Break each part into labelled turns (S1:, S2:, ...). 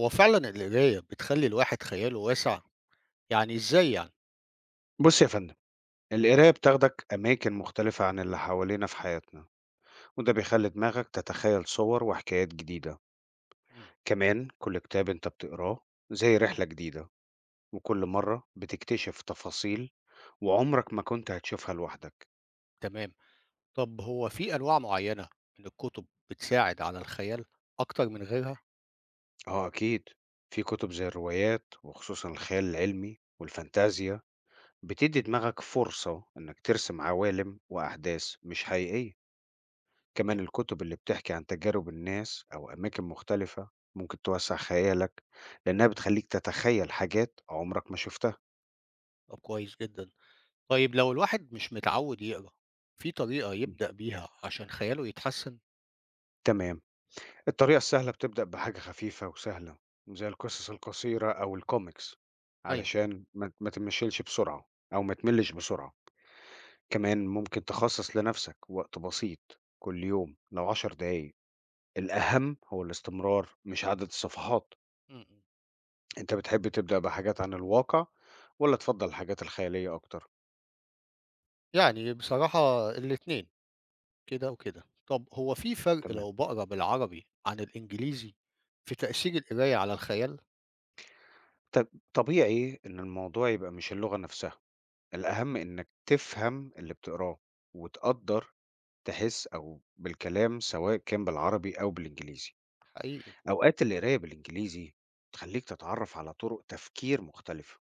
S1: هو فعلًا القراية بتخلّي الواحد خياله واسع؟ يعني إزاي يعني؟
S2: بص يا فندم، القراية بتاخدك أماكن مختلفة عن اللي حوالينا في حياتنا، وده بيخلي دماغك تتخيل صور وحكايات جديدة.
S1: إمم،
S2: كمان كل كتاب انت بتقراه زي رحلة جديدة، وكل مرة بتكتشف تفاصيل وعمرك ما كنت هتشوفها لوحدك.
S1: تمام. طب هو في أنواع معيّنة من الكتب بتساعد على الخيال أكتر من غيرها؟
S2: اه أكيد، في كتب زي الروايات وخصوصا الخيال العلمي والفانتازيا
S1: إمم،
S2: بتدي دماغك فرصة إنك ترسم عوالم وأحداث مش حقيقية.
S1: تمام.
S2: كمان الكتب اللي بتحكي عن تجارب الناس أو أماكن مختلفة ممكن توسع خيالك، لأنها بتخليك تتخيل حاجات عمرك ما شفتها.
S1: طب كويس جدًا. طيب لو الواحد مش متعوّد يقرا، في طريقة
S2: مم.
S1: يبدأ بيها عشان خياله يتحسّن؟
S2: تمام، الطريقة السهلة بتبدأ بحاجة خفيفة وسهلة زي القصص القصيرة أو الكوميكس،
S1: أيوه.
S2: علشان ما تمشلش بسرعة أو ما تملش بسرعة. كمان ممكن تخصص لنفسك وقت بسيط كل يوم، لو 10 دقايق. الأهم هو الاستمرار مش عدد الصفحات.
S1: إمم، إمم.
S2: أنت بتحب تبدأ بحاجات عن الواقع والّا تفضّل الحاجات الخيالية أكتر؟
S1: يعني بصراحة الاتنين، كده وكده. طب هو في فرق
S2: تمام.
S1: لو باقرا بالعربي عن الإنجليزي في تأثير القراية على الخيال؟
S2: طب طبيعي إن الموضوع يبقى مش اللغة نفسها، الأهم إنّك تفهم اللي بتقراه وتقدّر تحس أو بالكلام سواء كان بالعربي أو بالإنجليزي.
S1: حقيقي.
S2: أوقات القراية بالإنجليزي بتخلّيك تتعرّف على طُرق تفكير مختلفة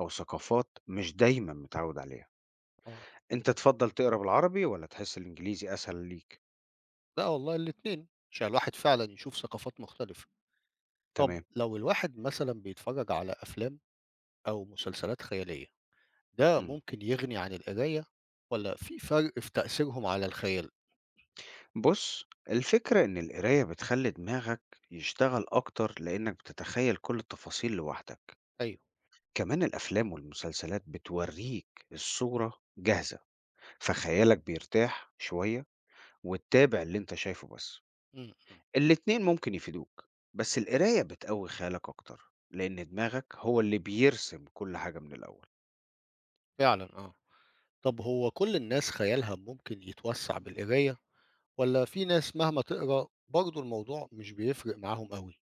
S2: أو ثقافات مش دايمًا متعوّد عليها.
S1: آه.
S2: أنت تفضّل تقرا بالعربي والّا تحس الإنجليزي أسهل ليك؟
S1: لأ والله الاتنين، عشان الواحد فعلًا يشوف ثقافات مختلفة. طب
S2: تمام.
S1: لو الواحد مثلًا بيتفرّج على أفلام أو مسلسلات خيالية، ده
S2: إمم.
S1: ممكن يغني عن القراية والّا في فرق في تأثيرهم على الخيال؟
S2: بُص، الفكرة إن القراية بتخلّي دماغك يشتغل أكتر لإنك بتتخيل كل التفاصيل لوحدك.
S1: أيوه،
S2: كمان الأفلام والمسلسلات بتورّيك الصورة جاهزة، فخيالك بيرتاح شوية وتتابع اللي أنت شايفه بس.
S1: إمم، إمم،
S2: الاتنين ممكن يفيدوك، بس القراية بتقوي خيالك أكتر، لإن دماغك هو اللي بيرسم كل حاجة من الأول.
S1: فعلًا آه. طب هو كل الناس خيالها ممكن يتوسّع بالقراية والّا في ناس مهما تقرا برضه الموضوع مش بيفرق معاهم أوي؟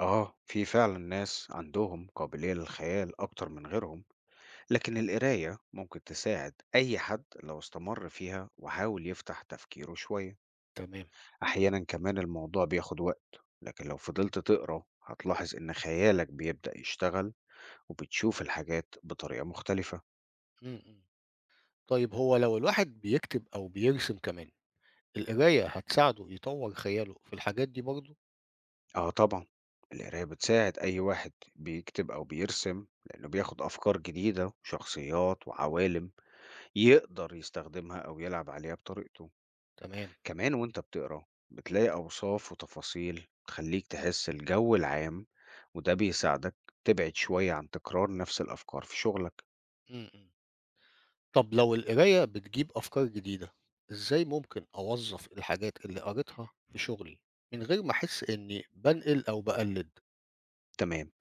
S2: آه، في فعلًا ناس عندهم قابلية للخيال أكتر من غيرهم، لكن القراية ممكن تساعد أي حد لو استمر فيها وحاول يفتح تفكيره شوية.
S1: تمام،
S2: أحيانا كمان الموضوع بياخد وقت، لكن لو فضلت تقرأ هتلاحظ إن خيالك بيبدأ يشتغل، وبتشوف الحاجات بطريقة مختلفة.
S1: إمم، إمم. طيب هو لو الواحد بيكتب أو بيرسم كمان، القراية هتساعده يطوّر خياله في الحاجات دي برضه؟
S2: آه طبعا، القراية بتساعد أي واحد بيكتب أو بيرسم، لأنه بياخد أفكار جديدة وشخصيات وعوالم يقدر يستخدمها أو يلعب عليها بطريقته.
S1: تمام.
S2: كمان وأنت بتقرا بتلاقي أوصاف وتفاصيل تخليك تحس الجو العام، وده بيساعدك تبعد شوية عن تكرار نفس الأفكار في شغلك.
S1: إمم، إمم. طب لو القراية بتجيب أفكار جديدة، إزاي ممكن أوظّف الحاجات اللي قريتها في شغلي من غير ما أحس إني بانقل أو باقلد؟
S2: تمام.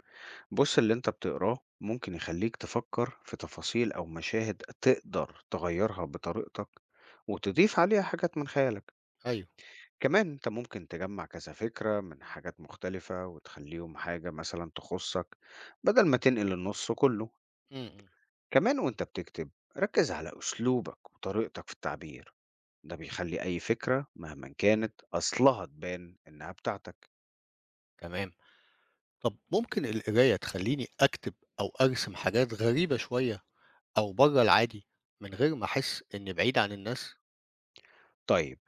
S2: بص، اللي أنت بتقراه ممكن يخليك تفكر في تفاصيل أو مشاهد تقدر تغيرها بطريقتك، وتضيف عليها حاجات من خيالك.
S1: أيوه،
S2: كمان أنت ممكن تجمع كذا فكرة من حاجات مختلفة وتخليهم حاجة مثلا تخصك، بدل ما تنقل النص كله.
S1: إمم، إمم،
S2: كمان وانت بتكتب، ركز على أسلوبك وطريقتك في التعبير، ده بيخلي أي فكرة مهما كانت أصلها تبان إنها بتاعتك.
S1: تمام. طب ممكن القراية تخلّيني أكتب أو أرسم حاجات غريبة شوية أو برّه العادي من غير ما أحس إني بعيد عن الناس؟
S2: طيب،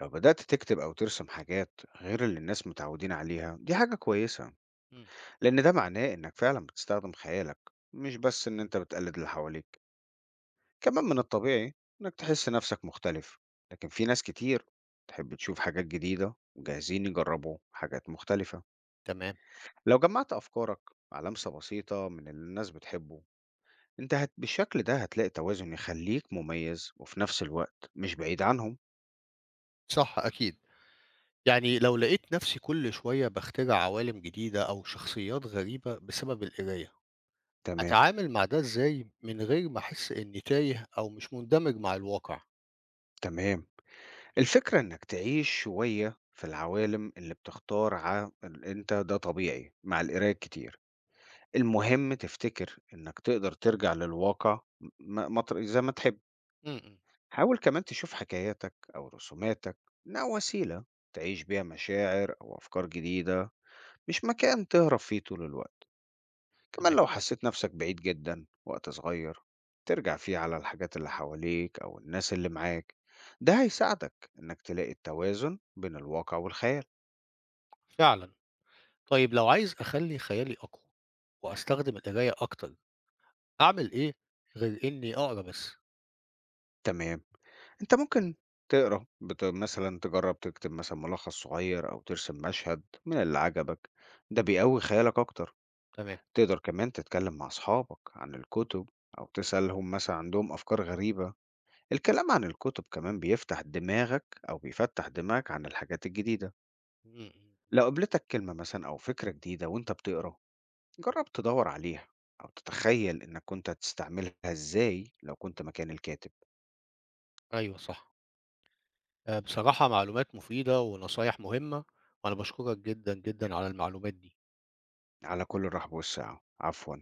S2: لو بدأت تكتب أو ترسم حاجات غير اللي الناس متعودين عليها دي حاجة كويسة،
S1: إمم،
S2: لأن ده معناه إنك فعلا بتستخدم خيالك، مش بس إن أنت بتقلد اللي حواليك. كمان من الطبيعي إنك تحس نفسك مختلف، لكن في ناس كتير تحب تشوف حاجات جديدة وجاهزين يجربوا حاجات مختلفة.
S1: تمام،
S2: لو جمعت أفكارك مع لمسة بسيطة من اللي الناس بتحبه، بالشكل ده هتلاقي توازن يخليك مميز وفي نفس الوقت مش بعيد عنهم.
S1: صح أكيد. يعني لو لقيت نفسي كل شوية باخترع عوالم جديدة أو شخصيات غريبة بسبب القراية
S2: تمام.
S1: أتعامل مع ده إزاي من غير ما أحس إني تايه أو مش مندمج مع الواقع؟
S2: تمام، الفكرة انك تعيش شوية في العوالم اللي انت ده طبيعي مع القراية الكتير. المهم تفتكر انك تقدر ترجع للواقع، زي ما تحب.
S1: إمم، إمم،
S2: حاول كمان تشوف حكاياتك أو رسوماتك إنها وسيلة تعيش بيها مشاعر أو أفكار جديدة، مش مكان تهرب فيه طول الوقت.
S1: تمام،
S2: كمان لو حسيت نفسك بعيد جدا وقت صغير، ترجع فيه على الحاجات اللي حواليك أو الناس اللي معاك، ده هيساعدك إنك تلاقي التوازن بين الواقع والخيال.
S1: فعلًا. طيب لو عايز أخلّي خيالي أقوى وأستخدم القراية أكتر، أعمل إيه غير إني أقرا بس؟
S2: تمام، أنت ممكن مثلا تجرب تكتب مثلا ملخص صغير أو ترسم مشهد من اللي عجبك، ده بيقوي خيالك أكتر.
S1: تمام،
S2: تقدر كمان تتكلم مع أصحابك عن الكتب، أو تسألهم مثلا عندهم أفكار غريبة. الكلام عن الكتب كمان بيفتح دماغك أو بيفتح دماغك عن الحاجات الجديدة.
S1: إمم، إمم،
S2: لو قابلتك كلمة مثلا أو فكرة جديدة وأنت بتقرا، جرب تدور عليها أو تتخيل إنك كنت هتستعملها إزاي لو كنت مكان الكاتب.
S1: أيوه صح. بصراحة معلومات مفيدة ونصايح مهمة، وأنا باشكرك جدًا، جدًا على المعلومات دي.
S2: على كل الرحب والسعة، عفوا.